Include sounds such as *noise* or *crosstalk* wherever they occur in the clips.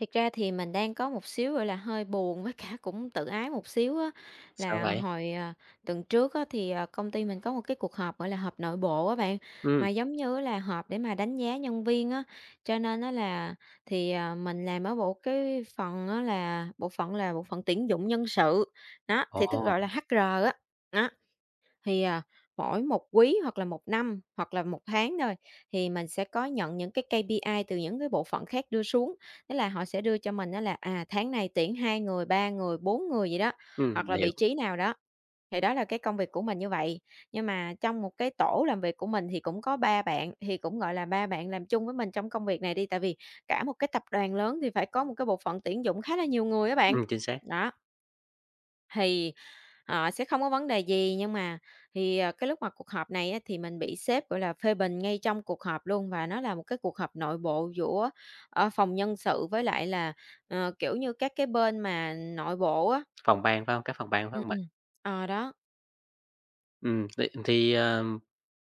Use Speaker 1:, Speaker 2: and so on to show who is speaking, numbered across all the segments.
Speaker 1: Thiệt ra thì mình đang có một xíu, gọi là, hơi buồn với cả cũng tự ái một xíu á,
Speaker 2: Sao
Speaker 1: là
Speaker 2: vậy?
Speaker 1: hồi, tuần trước á thì, công ty mình có một cái cuộc họp, gọi là, họp nội bộ á bạn,
Speaker 2: Ừm,
Speaker 1: mà giống như là họp để mà đánh giá nhân viên á. Cho nên nó là thì, mình làm ở bộ cái phần á là bộ phận tuyển dụng nhân sự, đó, thì tức
Speaker 2: ồ,
Speaker 1: gọi là HR á. Đó. Thì, mỗi một quý hoặc là một năm, hoặc là một tháng thôi, thì mình sẽ có nhận những cái KPI từ những cái bộ phận khác đưa xuống. Tức là họ sẽ đưa cho mình đó là, tháng này tuyển 2 người, 3 người, 4 người vậy đó, hoặc là
Speaker 2: mình hiểu.
Speaker 1: vị trí nào đó, thì đó là cái công việc của mình như vậy. Nhưng mà trong một cái tổ làm việc của mình thì cũng có 3 bạn, thì cũng, gọi là, 3 bạn làm chung với mình trong công việc này đi, tại vì cả một cái tập đoàn lớn thì phải có một cái bộ phận tuyển dụng khá là nhiều người các bạn.
Speaker 2: Chính xác.
Speaker 1: Đó, thì sẽ không có vấn đề gì, nhưng mà thì, cái lúc mà cuộc họp này á, thì mình bị sếp, gọi là, phê bình ngay trong cuộc họp luôn và nó là một cái cuộc họp nội bộ giữa, phòng nhân sự với lại là, kiểu như, các cái bên mà nội bộ á.
Speaker 2: Phòng ban, phải hông? Các phòng ban, phải
Speaker 1: Ừm,
Speaker 2: hông bạn?
Speaker 1: ừm. Ờ, đó,
Speaker 2: Ừm, thì thì, ờ,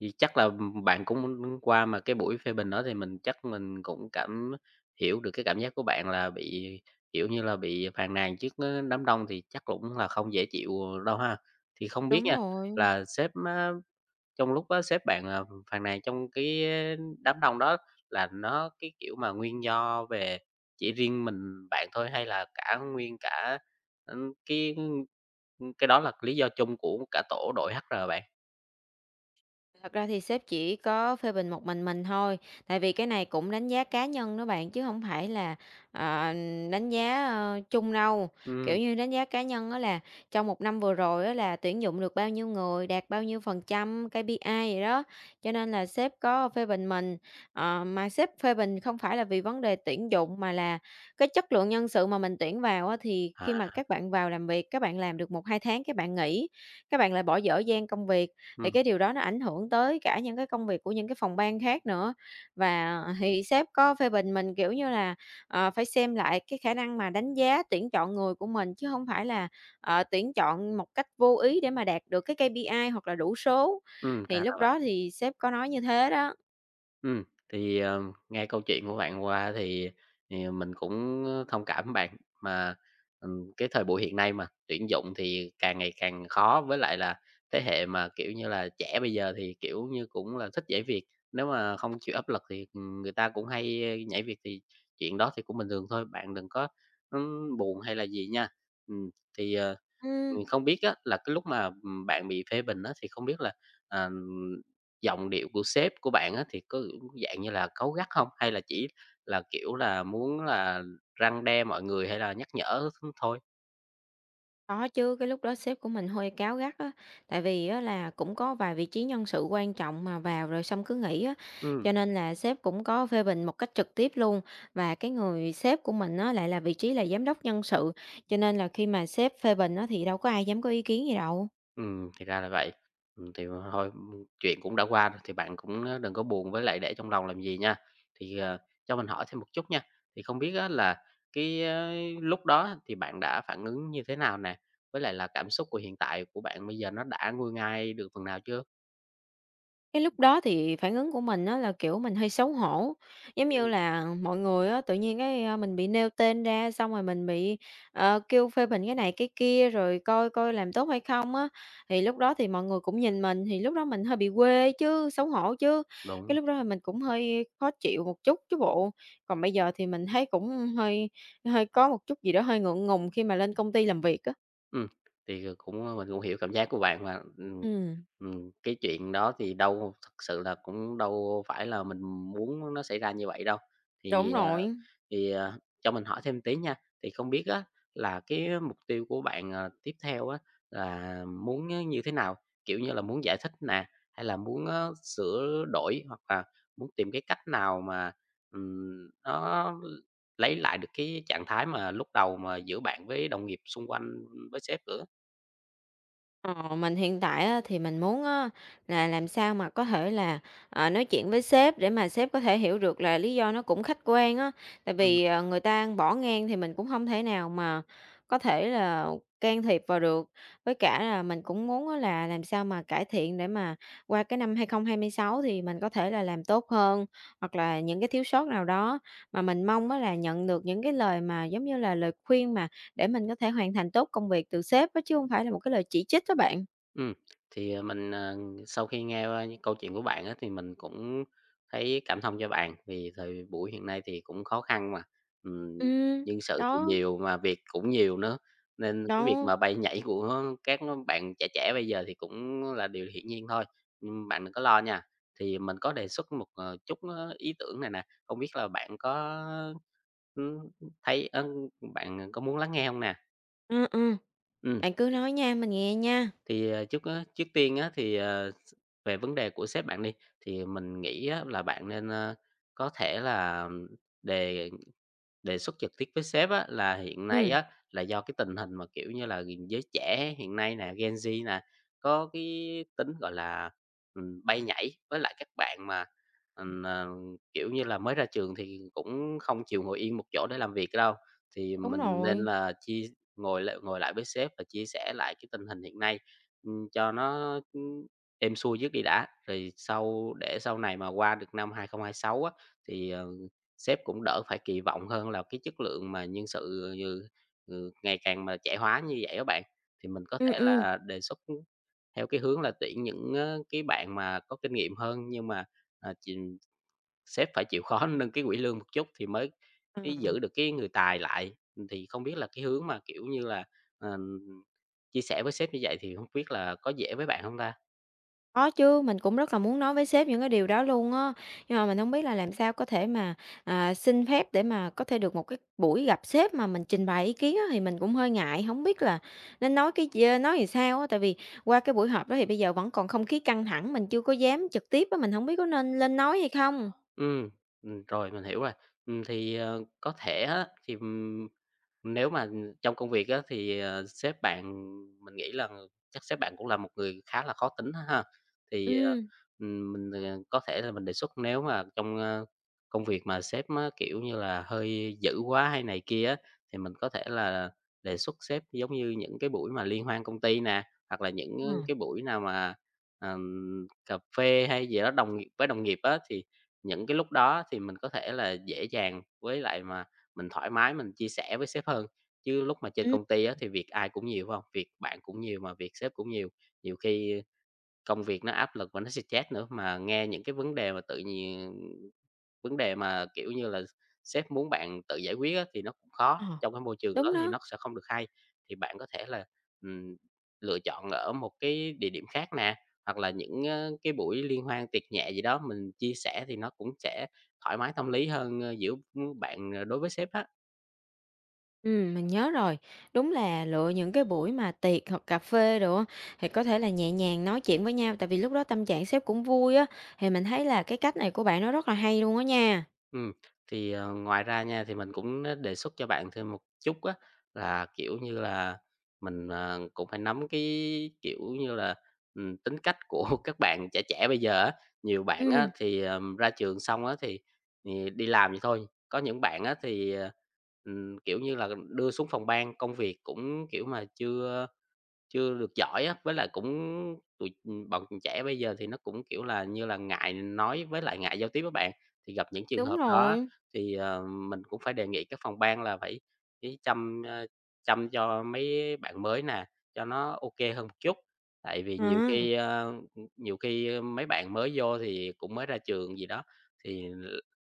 Speaker 2: thì chắc là bạn cũng qua mà cái buổi phê bình đó thì mình chắc mình cũng hiểu được cái cảm giác của bạn là bị, kiểu như là, bị phàn nàn trước, đám đông thì chắc cũng là không dễ chịu đâu ha? Thì không biết
Speaker 1: đúng
Speaker 2: nha,
Speaker 1: rồi.
Speaker 2: là sếp á. Trong lúc sếp bạn, phàn nàn trong cái đám đông đó là nó, cái kiểu mà, nguyên do về chỉ riêng mình bạn thôi hay là cả nguyên cả, ừm, cái, cái đó là lý do chung của cả tổ đội hát HR bạn?
Speaker 1: Thật ra thì sếp chỉ có phê bình một mình thôi, tại vì cái này cũng đánh giá cá nhân đó bạn chứ không phải là, ờ, đánh giá, chung đâu. Kiểu
Speaker 2: Ừm,
Speaker 1: như, đánh giá cá nhân đó là trong một năm vừa rồi đó là tuyển dụng được bao nhiêu người, đạt bao nhiêu phần trăm KPI vậy đó, cho nên là sếp có phê bình mình. Ờ, mà sếp phê bình không phải là vì vấn đề tuyển dụng mà là cái chất lượng nhân sự mà mình tuyển vào á, thì khi mà
Speaker 2: à,
Speaker 1: các bạn vào làm việc, các bạn làm được một hai tháng các bạn nghỉ, các bạn lại bỏ dở dang công việc. Thì
Speaker 2: ừm,
Speaker 1: cái điều đó nó ảnh hưởng tới cả những cái công việc của những cái phòng ban khác nữa. Và thì sếp có phê bình mình, kiểu như là, phải xem lại cái khả năng mà đánh giá, tuyển chọn người của mình, chứ không phải là, tuyển chọn một cách vô ý để mà đạt được cái KPI hoặc là đủ số. Thì
Speaker 2: ra
Speaker 1: lúc
Speaker 2: là...
Speaker 1: đó thì sếp có nói như thế đó.
Speaker 2: Ừ thì, ờ, nghe câu chuyện của bạn qua thì mình cũng thông cảm với bạn, mà, cái thời buổi hiện nay mà, tuyển dụng thì càng ngày càng khó, với lại là thế hệ mà, kiểu như là, trẻ bây giờ thì, kiểu như, cũng là thích nhảy việc. Nếu mà không chịu áp lực thì người ta cũng hay nhảy việc, thì chuyện đó thì cũng bình thường thôi, bạn đừng có buồn hay là gì nha. Ừm, thì, ờ,
Speaker 1: Ừm.
Speaker 2: không biết á là cái lúc mà bạn bị phê bình á thì không biết là, ờ giọng điệu của sếp của bạn á thì có dạng như là cáu gắt không? Hay là chỉ là, kiểu là, muốn là răn đe mọi người hay là nhắc nhở thôi?
Speaker 1: Có chứ, cái lúc đó sếp của mình hơi cáu gắt á, tại vì á là cũng có vài vị trí nhân sự quan trọng mà vào rồi xong cứ nghỉ á,
Speaker 2: Ừm,
Speaker 1: cho nên là sếp cũng có phê bình một cách trực tiếp luôn. Và cái người sếp của mình á lại là vị trí là giám đốc nhân sự, cho nên là khi mà sếp phê bình á thì đâu có ai dám có ý kiến gì đâu.
Speaker 2: thì ra là vậy. Thì thôi, chuyện cũng đã qua rồi thì bạn cũng, đừng có buồn với lại để trong lòng làm gì nha. Thì, cho mình hỏi thêm một chút nha, thì không biết á là cái, lúc đó thì bạn đã phản ứng như thế nào nè? Với lại là cảm xúc của hiện tại của bạn bây giờ nó đã nguôi ngoai được phần nào chưa?
Speaker 1: Cái lúc đó thì phản ứng của mình á là, kiểu, mình hơi xấu hổ, giống
Speaker 2: Ừm.
Speaker 1: như là, mọi người á tự nhiên cái, a, mình bị nêu tên ra, xong rồi mình bị, kêu phê bình cái này cái kia, rồi coi coi làm tốt hay không á. Thì lúc đó thì mọi người cũng nhìn mình, thì lúc đó mình hơi bị quê chứ, xấu hổ chứ, cái
Speaker 2: Đúng.
Speaker 1: lúc đó thì mình cũng hơi khó chịu một chút chứ bộ. Còn bây giờ thì mình thấy cũng hơi hơi có một chút gì đó hơi ngượng ngùng khi mà lên công ty làm việc á.
Speaker 2: Ừm, thì, ờ, cũng, ờ, mình cũng hiểu cảm giác của bạn mà,
Speaker 1: Ừm,
Speaker 2: cái chuyện đó thì đâu thực sự là cũng đâu phải là mình muốn nó xảy ra như vậy đâu. Thì,
Speaker 1: đúng
Speaker 2: ờ,
Speaker 1: rồi.
Speaker 2: cho mình hỏi thêm tí nha, thì không biết á là cái mục tiêu của bạn, tiếp theo á là muốn á như thế nào? Kiểu như là, muốn giải thích nè, hay là muốn á sửa đổi hoặc là muốn tìm cái cách nào mà, nó lấy lại được cái trạng thái mà lúc đầu mà giữa bạn với đồng nghiệp xung quanh, với sếp nữa.
Speaker 1: Ờ, mình hiện tại á, thì mình muốn á, là làm sao mà có thể là nói chuyện với sếp để mà sếp có thể hiểu được là lý do nó cũng khách quan á. Tại
Speaker 2: Ừm.
Speaker 1: vì người ta bỏ ngang thì mình cũng không thể nào mà có thể là can thiệp vào được. Với cả là mình cũng muốn á, là làm sao mà cải thiện để mà qua cái năm 2026 thì mình có thể là làm tốt hơn hoặc là những cái thiếu sót nào đó mà mình mong á, là nhận được những cái lời mà giống như là lời khuyên mà để mình có thể hoàn thành tốt công việc từ sếp á, chứ không phải là một cái lời chỉ trích đó bạn.
Speaker 2: Ừ thì, à, mình, à, sau khi nghe qua những câu chuyện của bạn á, thì mình cũng thấy cảm thông cho bạn, vì thời buổi hiện nay thì cũng khó khăn mà, ừm, nhân sự thì
Speaker 1: Đó,
Speaker 2: nhiều mà việc cũng nhiều nữa, nên cái việc
Speaker 1: đó.
Speaker 2: mà bay nhảy của bạn trẻ trẻ bây giờ thì cũng là điều hiển nhiên thôi. Bạn đừng có lo nha. Thì mình có đề xuất một, chút á ý tưởng này nè, không biết là bạn có, ưm, thấy ơ, bạn có muốn lắng nghe không nè?
Speaker 1: Ừ, ừ.
Speaker 2: Ừ.
Speaker 1: Bạn cứ nói nha, mình nghe nha.
Speaker 2: Trước tiên á thì, ờ, s về vấn đề của sếp bạn đi, thì mình nghĩ á là bạn nên, có thể là đề đề xuất trực tiếp với sếp á, là hiện nay
Speaker 1: Ừ.
Speaker 2: á, là do cái tình hình mà, kiểu như là, giới trẻ hiện nay nè, Gen Z nè, có cái tính, gọi là, bay nhảy, với lại các bạn mà, ừm, ờ, kiểu như là, mới ra trường thì cũng không chịu ngồi yên một chỗ để làm việc đâu. Thì
Speaker 1: Đúng
Speaker 2: mình nên
Speaker 1: rồi.
Speaker 2: là chia Ngồi lại với sếp và chia sẻ lại cái tình hình hiện nay, cho nó, êm xuôi trước đi đã, rồi sau để sau này mà qua được năm 2026 á, thì, sếp cũng đỡ phải kỳ vọng hơn là cái chất lượng mà nhân sự, ngày càng mà trẻ hóa như vậy á bạn. Thì mình có thể
Speaker 1: Ừ, ừ.
Speaker 2: là đề xuất theo cái hướng là tuyển những, cái bạn mà có kinh nghiệm hơn, nhưng mà, à, ch sếp phải chịu khó *laughs* nâng cái quỹ lương một chút thì mới
Speaker 1: Ờ.
Speaker 2: mới giữ được cái người tài lại. Thì không biết là cái hướng mà, kiểu như là, ờ, chia sẻ với sếp như vậy thì không biết là có dễ với bạn không ta?
Speaker 1: Có chứ, mình cũng rất là muốn nói với sếp những cái điều đó luôn á, nhưng mà mình không biết là làm sao có thể mà, xin phép để mà có thể được một cái buổi gặp sếp mà mình trình bày ý kiến á, thì mình cũng hơi ngại, không biết là nên nói cái gì, nói làm sao á. Tại vì qua cái buổi họp đó thì bây giờ vẫn còn không khí căng thẳng, mình chưa có dám trực tiếp á, mình không biết có nên lên nói hay không?
Speaker 2: Ừm, rồi mình hiểu rồi. Có thể á, thì, nếu mà trong công việc á, thì, sếp bạn mình nghĩ là chắc sếp bạn cũng là một người khá là khó tính á ha. Thì, ờ,
Speaker 1: Ừm,
Speaker 2: mình, ờ, có thể là mình đề xuất nếu mà trong, công việc mà sếp á, kiểu như là, hơi dữ quá hay này kia á, thì mình có thể là đề xuất sếp giống như những cái buổi mà liên hoan công ty nè, hoặc là những
Speaker 1: ờ,
Speaker 2: cái buổi nào mà, cà phê hay gì đó đồng nghiệp với đồng nghiệp á, thì những cái lúc đó thì mình có thể là dễ dàng với lại mà mình thoải mái mình chia sẻ với sếp hơn, chứ lúc mà trên
Speaker 1: ừm,
Speaker 2: công ty á thì việc ai cũng nhiều, phải không? Việc bạn cũng nhiều mà việc sếp cũng nhiều, nhiều khi công việc nó áp lực và nó stress nữa, mà nghe những cái vấn đề mà tự nhiên vấn đề mà, kiểu như là, sếp muốn bạn tự giải quyết á, thì nó cũng khó,
Speaker 1: ờ,
Speaker 2: trong cái môi trường đó
Speaker 1: đúng
Speaker 2: thì
Speaker 1: đó.
Speaker 2: nó sẽ không được hay. Thì bạn có thể là, ừm, lựa chọn ở một cái địa điểm khác nè, hoặc là những, cái buổi liên hoan, tiệc nhẹ gì đó mình chia sẻ thì nó cũng sẽ thoải mái tâm lý hơn, giữa bạn đối với sếp á.
Speaker 1: Mình nhớ rồi, đúng là lựa những cái buổi mà tiệc hoặc cà phê đồ á, thì có thể là nhẹ nhàng nói chuyện với nhau, tại vì lúc đó tâm trạng sếp cũng vui á, thì mình thấy là cái cách này của bạn nó rất là hay luôn á nha.
Speaker 2: Ừm, ngoài ra nha, thì mình cũng á đề xuất cho bạn thêm một chút á, là, kiểu như là, mình, cũng phải nắm cái, kiểu như là, tính cách của *laughs* các bạn trẻ trẻ bây giờ á. Nhiều bạn á
Speaker 1: Ừm,
Speaker 2: thì, ra trường xong á thì đi làm vậy thôi, có những bạn á thì, kiểu như là, đưa xuống phòng ban, công việc cũng, kiểu mà, chưa chưa được giỏi á, với lại cũng tụi, bọn trẻ bây giờ thì nó cũng, kiểu là, như là ngại nói với lại ngại giao tiếp á bạn. Thì gặp những trường
Speaker 1: đúng
Speaker 2: hợp đó
Speaker 1: rồi.
Speaker 2: thì, mình cũng phải đề nghị các phòng ban là phải phải chăm, chăm cho mấy bạn mới nè, cho nó ok hơn một chút. Tại vì nhiều
Speaker 1: à,
Speaker 2: khi, nhiều khi mấy bạn mới vô thì cũng mới ra trường gì đó, thì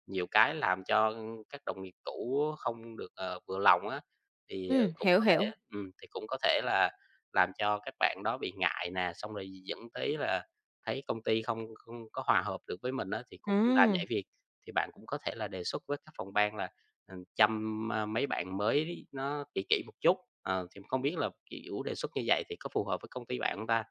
Speaker 2: nhiều cái làm cho các đồng nghiệp cũ không được, vừa lòng á, thì, cũng
Speaker 1: hiểu,
Speaker 2: có
Speaker 1: hiểu,
Speaker 2: thể thì cũng có thể là làm cho các bạn đó bị ngại nè, xong rồi dẫn tới là thấy công ty không không có hòa hợp được với mình á, thì cũng
Speaker 1: à.
Speaker 2: là nhảy việc. Thì bạn cũng có thể là đề xuất với các phòng ban là, chăm, mấy bạn mới đi, nó kỹ kỹ một chút, thì không biết là, kiểu, đề xuất như vậy thì có phù hợp với công ty bạn không ta?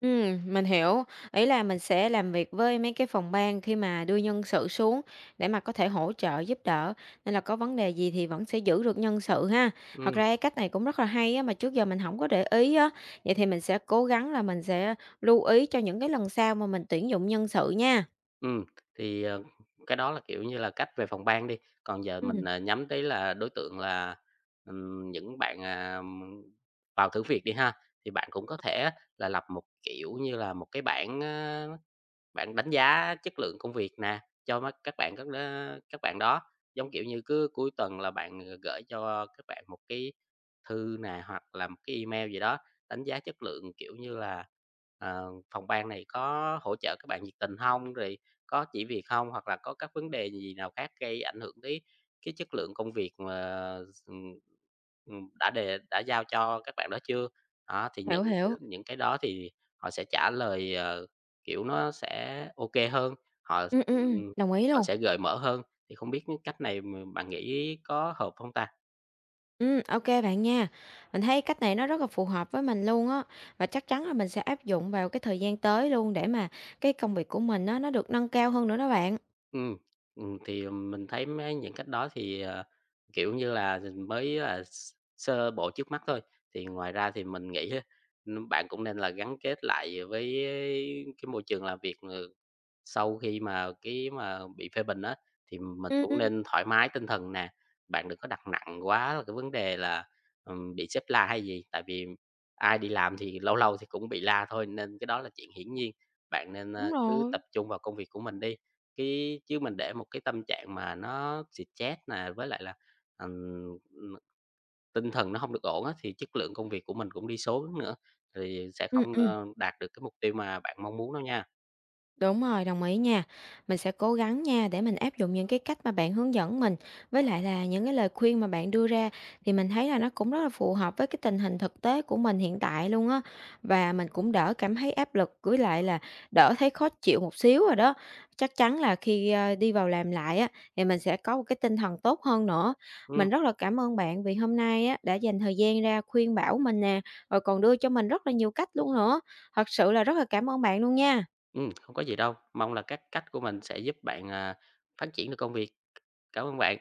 Speaker 1: Mình hiểu. Ý là mình sẽ làm việc với mấy cái phòng ban khi mà đưa nhân sự xuống để mà có thể hỗ trợ giúp đỡ, nên là có vấn đề gì thì vẫn sẽ giữ được nhân sự ha. Thật
Speaker 2: Ừ.
Speaker 1: ra cái cách này cũng rất là hay á, mà trước giờ mình không có để ý á. Vậy thì mình sẽ cố gắng là mình sẽ lưu ý cho những cái lần sau mà mình tuyển dụng nhân sự nha.
Speaker 2: Ừm, thì, ờ, cái đó là, kiểu như là, cách về phòng ban đi, còn giờ
Speaker 1: Ừm,
Speaker 2: mình, nhắm tới là đối tượng là, những bạn, vào thử việc đi ha, thì bạn cũng có thể á là lập một, kiểu như là, một cái bảng, bạn đánh giá chất lượng công việc nè, cho mấy các bạn các đó các bạn đó. Giống kiểu như, cứ cuối tuần là bạn gửi cho các bạn một cái thư nè, hoặc là một cái email gì đó, đánh giá chất lượng, kiểu như là, phòng ban này có hỗ trợ các bạn nhiệt tình không? Rồi có chỉ việc không? Hoặc là có các vấn đề gì nào khác gây ảnh hưởng tới cái chất lượng công việc mà s đã giao cho các bạn đó chưa? Đó, thì
Speaker 1: hiểu, hiểu.
Speaker 2: những cái đó thì họ sẽ trả lời, kiểu, nó sẽ OK hơn, họ ừm,
Speaker 1: Đồng ý
Speaker 2: họ
Speaker 1: luôn.
Speaker 2: sẽ cởi mở hơn, thì không biết cái cách này mà bạn nghĩ có hợp không ta?
Speaker 1: Ok bạn nha. Mình thấy cách này nó rất là phù hợp với mình luôn á, và chắc chắn là mình sẽ áp dụng vào cái thời gian tới luôn để mà cái công việc của mình á, nó được nâng cao hơn nữa đó bạn.
Speaker 2: Ừm, thì mình thấy mấy những cách đó thì, kiểu như là, mới là sơ bộ trước mắt thôi. Thì ngoài ra thì mình nghĩ á, bạn cũng nên là gắn kết lại với cái môi trường làm việc, sau khi mà cái mà bị phê bình á, thì mình cũng
Speaker 1: Ừm,
Speaker 2: nên thoải mái tinh thần nè, bạn đừng có đặt nặng quá là cái vấn đề là, bị sếp la hay gì, tại vì ai đi làm thì lâu lâu thì cũng bị la thôi, nên cái đó là chuyện hiển nhiên. Bạn nên,
Speaker 1: đúng
Speaker 2: cứ tập
Speaker 1: rồi.
Speaker 2: trung vào công việc của mình đi, chứ mình để một cái tâm trạng mà nó stress nè, với lại là, ừm, tinh thần nó không được ổn á, thì chất lượng công việc của mình cũng đi xuống nữa, thì sẽ
Speaker 1: Ừ,
Speaker 2: không,
Speaker 1: ừ.
Speaker 2: đạt được cái mục tiêu mà bạn mong muốn đâu nha.
Speaker 1: Đúng rồi, đồng ý nha. Mình sẽ cố gắng nha để mình áp dụng những cái cách mà bạn hướng dẫn mình với lại là những cái lời khuyên mà bạn đưa ra thì mình thấy là nó cũng rất là phù hợp với cái tình hình thực tế của mình hiện tại luôn á và mình cũng đỡ cảm thấy áp lực với lại là đỡ thấy khó chịu một xíu rồi đó. Chắc chắn là khi đi vào làm lại á thì mình sẽ có một cái tinh thần tốt hơn nữa.
Speaker 2: Ừm.
Speaker 1: Mình rất là cảm ơn bạn vì hôm nay á đã dành thời gian ra khuyên bảo mình nè, rồi còn đưa cho mình rất là nhiều cách luôn nữa. Thật sự là rất là cảm ơn bạn luôn nha.
Speaker 2: Không có gì đâu. Mong là các cách của mình sẽ giúp bạn, phát triển được công việc. Cảm ơn bạn.